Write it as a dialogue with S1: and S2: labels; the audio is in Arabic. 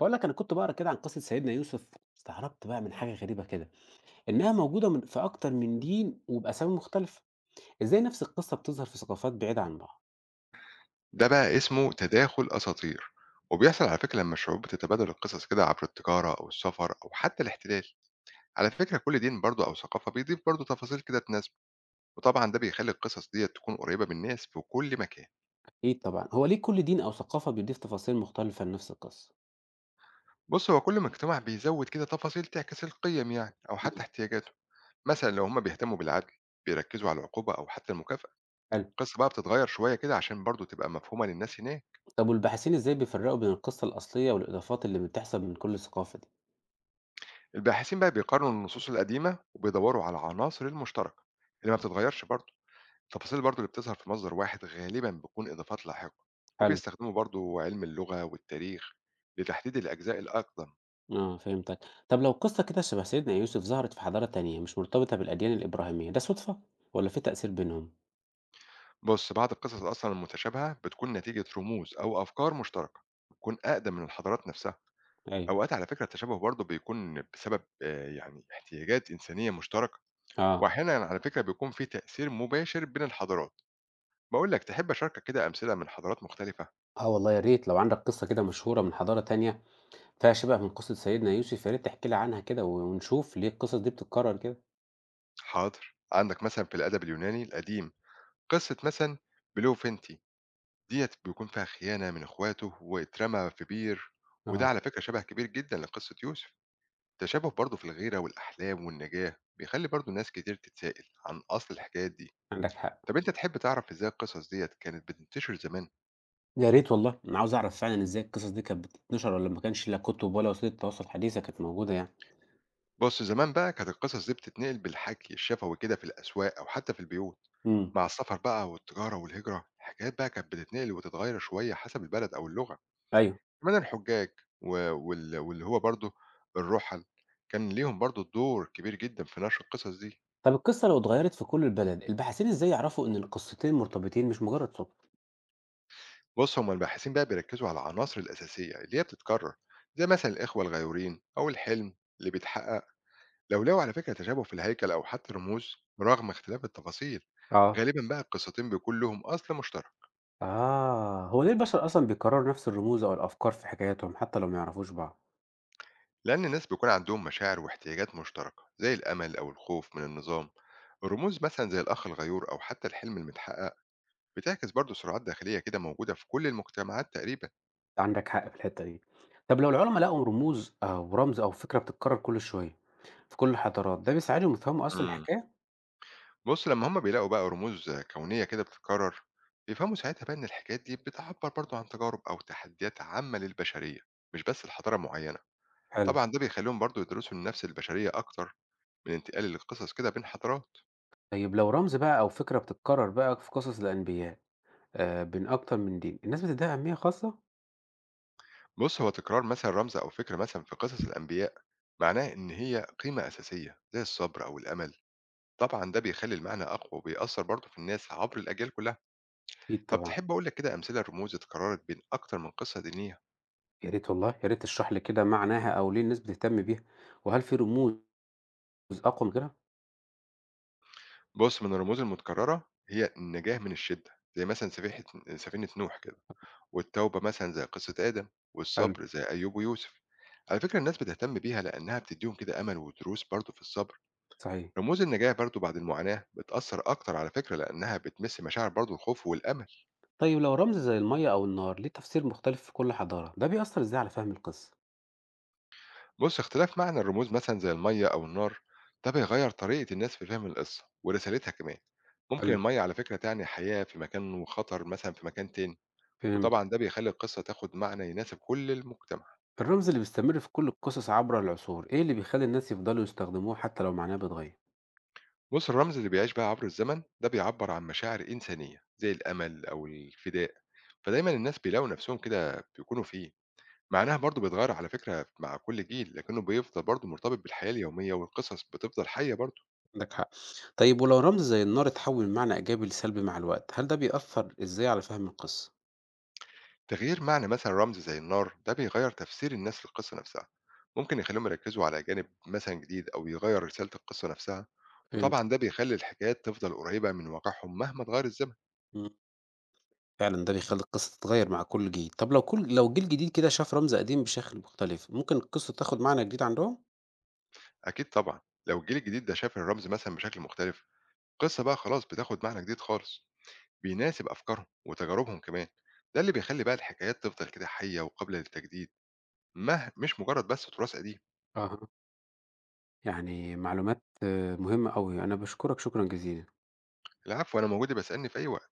S1: باقول لك أنا كنت باقرا كده عن قصة سيدنا يوسف، استغربت بقى من حاجة غريبة كده، إنها موجودة في أكتر من دين وبأسامي مختلفة، إزاي نفس القصة بتظهر في ثقافات بعيدة عن بعض؟
S2: ده بقى اسمه تداخل أساطير، وبيحصل على فكرة لما الشعوب بتتبادل القصص كده عبر التجارة أو السفر أو حتى الاحتلال. على فكرة كل دين برضه أو ثقافة بيضيف برضه تفاصيل كده تناسبه، وطبعا ده بيخلي القصص دي تكون قريبة من الناس في كل مكان.
S1: أكيد طبعًا، هو ليه كل دين أو ثقافة بيضيف تفاصيل مختلفة لنفس القصة؟
S2: بص هو كل مجتمع بيزود كده تفاصيل تعكس القيم يعني أو حتى
S1: إمم.
S2: احتياجاته. مثلا لو هما بيهتموا بالعدل بيركزوا على العقوبة أو حتى المكافأة.
S1: حلو.
S2: القصة بقى بتتغير شوية كده عشان برضه تبقى مفهومة للناس هناك.
S1: طب والباحثين إزاي بيفرقوا بين القصة الأصلية والإضافات اللي بتحصل من كل ثقافة دي؟
S2: الباحثين بقى بيقارنوا النصوص القديمة وبيدوروا على عناصر المشتركة اللي ما بتتغيرش برضه. التفاصيل برضو اللي بتظهر في مصدر واحد غالبا بتكون إضافات لاحقة.
S1: حلو.
S2: وبيستخدموا برضو علم اللغة والتاريخ لتحديد الأجزاء الأقدم.
S1: آه، فهمتك. طب لو قصة كده شبه سيدنا يوسف ظهرت في حضارة تانية مش مرتبطة بالأديان الإبراهيمية، ده صدفة والّا في تأثير بينهم؟
S2: بص بعض القصص أصلا المتشابهة بتكون نتيجة رموز أو أفكار مشتركة بتكون أقدم من الحضارات نفسها.
S1: أيوه.
S2: أوقات على فكرة التشابه برضو بيكون بسبب يعني احتياجات إنسانية مشتركة.
S1: آه.
S2: وأحيانا على فكرة بيكون في تأثير مباشر بين الحضارات. بقول لك تحب أشاركك كده أمثلة من حضارات مختلفة؟
S1: آه والله يا ريت، لو عندك قصة كده مشهورة من حضارة تانية فيها شِبَه من قصة سيدنا يوسف، يا ريت تحكي لي عنها كده و ونشوف ليه القصص دي بتتكرر كده.
S2: حاضر، عندك مثلا في الأدب اليوناني القديم قصة مثلا بلوفنتي ديّة بيكون فيها خيانة من إخواته واترمى في بير، وده
S1: آه.
S2: على فكرة شبه كبير جدًا لقصة يوسف. تشابه برضه في الغيرة والأحلام والنجاة، بيخلّي برضه ناس كتير تتسائل عن أصل الحكايات دي.
S1: عندك حق.
S2: طب أنت تحب تعرف إزاي القصص ديّة كانت بتنتشر زمان؟
S1: يا ريت والله، أنا عاوز أعرف فعلًا إزاي القصص دي كانت بتتنشر والّا ما كانش لا كُتب ولا وسيلة تواصل حديثة كانت موجودة يعني.
S2: بُص زمان بقى كانت القصص دي بتتنقل بالحكي الشفوي كده في الأسواق أو حتى في البيوت.
S1: إمم.
S2: مع السفر بقى والتجارة والهجرة، الحكايات بقى كانت بتتنقل وتتغير شوية حسب البلد أو اللغة.
S1: أيوه.
S2: كمان الحُجّاج و وال واللي هو برضه الرُّحَل، كان ليهم برضه دور كبير جدًا في نشر القصص دي.
S1: طَب القصة لو اتغيّرت في كل البلد، الباحثين إزاي يعرفوا إن القصتين مرتبطين مش مجرد صُدفة؟
S2: بُص، هم الباحثين بقى بيركّزوا على العناصر الأساسية اللي هي بتتكرّر، زي مثلًا الإخوة الغيورين أو الحلم اللي بيتحقق. لو لقوا على فكرة تشابه في الهيكل أو حتى رموز رغم اختلاف التفاصيل،
S1: آه.
S2: غالبًا بقى القصتين بيكون لهم أصل مشترك.
S1: آه، هو ليه البشر أصلًا بيكرروا نفس الرموز أو الأفكار في حكاياتهم حتى لو ما يعرفوش بعض؟
S2: لإن الناس بيكون عندهم مشاعر واحتياجات مشتركة زي الأمل أو الخوف من النظام. الرموز مثلًا زي الأخ الغيور أو حتى الحلم المتحقق بتعكس برضه صراعات داخلية كده موجودة في كل المجتمعات تقريبا.
S1: عندك حق في الحتة دي. طب لو العُلَما لقوا رموز أو رمز أو فكرة بتتكرر كل شوية في كل الحضارات، ده بيساعدهم يفهموا أصل
S2: امم
S1: الحكاية؟
S2: بص لما هم بيلاقوا بقى رموز كونية كده بتتكرر بيفهموا ساعتها بقى إن الحكايات دي بتعبر برضه عن تجارب أو تحديات عامة للبشرية، مش بس لحضارة معينة.
S1: حلو.
S2: طبعا ده بيخليهم برضه يدرسوا النفس البشرية أكتر من انتقال القصص كده بين حضارات.
S1: طيب لو رمز بقى أو فكرة بتتكرر بقى في قصص الأنبياء بين أكتر من دين، الناس بتدّيها أهمية خاصة؟
S2: بص هو تكرار مثلا رمز أو فكرة مثلا في قصص الأنبياء معناه إن هي قيمة أساسية زي الصبر أو الأمل. طبعا ده بيخلي المعنى أقوى وبيأثر برضه في الناس عبر الأجيال كلها.
S1: أكيد
S2: طب
S1: طبعًا.
S2: تحب أقول لك كده أمثلة لرموز اتكررت بين أكتر من قصة دينية؟
S1: يا ريت والله، يا ريت تشرح لي كده معناها أو ليه الناس بتهتم بيها، وهل في رموز أقوى من غيرها؟
S2: بُص، من الرموز المتكررة هي النجاة من الشدة، زي مثلًا سفينة نوح كده، والتوبة مثلًا زي قصة آدم،
S1: حلو.
S2: والصبر زي أيوب ويوسف. على فكرة الناس بتهتم بيها لأنها بتديهم كده أمل ودروس برضه في الصبر.
S1: صحيح.
S2: رموز النجاة برضه بعد المعاناة بتأثر أكتر على فكرة لأنها بتمس مشاعر برضه الخوف والأمل.
S1: طيب لو رمز زي المَيّة أو النار ليه تفسير مختلف في كل حضارة، ده بيأثّر إزاي على فهم القصة؟
S2: بص اختلاف معنى الرموز مثلا زي المية أو النار ده بيغير طريقة الناس في فهم القصة ورسالتها كمان. ممكن
S1: حلو.
S2: المية على فكرة تعني حياة في مكان وخطر مثلا في مكان تاني.
S1: فهمت.
S2: وطبعا ده بيخلي القصة تاخد معنى يناسب كل المجتمع.
S1: الرمز اللي بيستمر في كل القصص عبر العصور إيه اللي بيخلي الناس يفضلوا يستخدموه حتى لو معناه بيتغير؟
S2: بص الرمز اللي بيعيش بقى عبر الزمن ده بيعبر عن مشاعر إنسانية زي الأمل أو الفداء، فدايما الناس بيلاقوا نفسهم كده بيكونوا فيه. معناها برضه بيتغير على فكرة مع كل جيل، لكنه بيفضل برضه مرتبط بالحياة اليومية والقصص بتفضل حية برضه.
S1: عندك حق. طيب ولو رمز زي النار اتحول من معنى إيجابي لسلبي مع الوقت، هل ده بيأثر إزاي على فهم القصة؟
S2: تغيير معنى مثلا رمز زي النار ده بيغير تفسير الناس للقصة نفسها. ممكن يخليهم يركزوا على جانب مثلا جديد أو يغير رسالة القصة نفسها.
S1: فهمت.
S2: وطبعا ده بيخلي الحكايات تفضل قريبة من واقعهم مهما تغير الزمن.
S1: مم. فعلا ده بيخلي القصة تتغير مع كل جيل. طب لو كل لو جيل جديد كده شاف رمز قديم بشكل مختلف، ممكن القصة تاخد معنى جديد عندهم؟
S2: أكيد طبعا، لو الجيل الجديد ده شاف الرمز مثلا بشكل مختلف القصة بقى خلاص بتاخد معنى جديد خالص بيناسب أفكارهم وتجاربهم كمان. ده اللي بيخلي بقى الحكايات تفضل كده حية وقابلة للتجديد، مش مجرد بس تراث قديم.
S1: أها. يعني معلومات مهمة أوي. أنا بشكرك شكرا جزيلا
S2: العفو، أنا موجود، بسألني في أي وقت.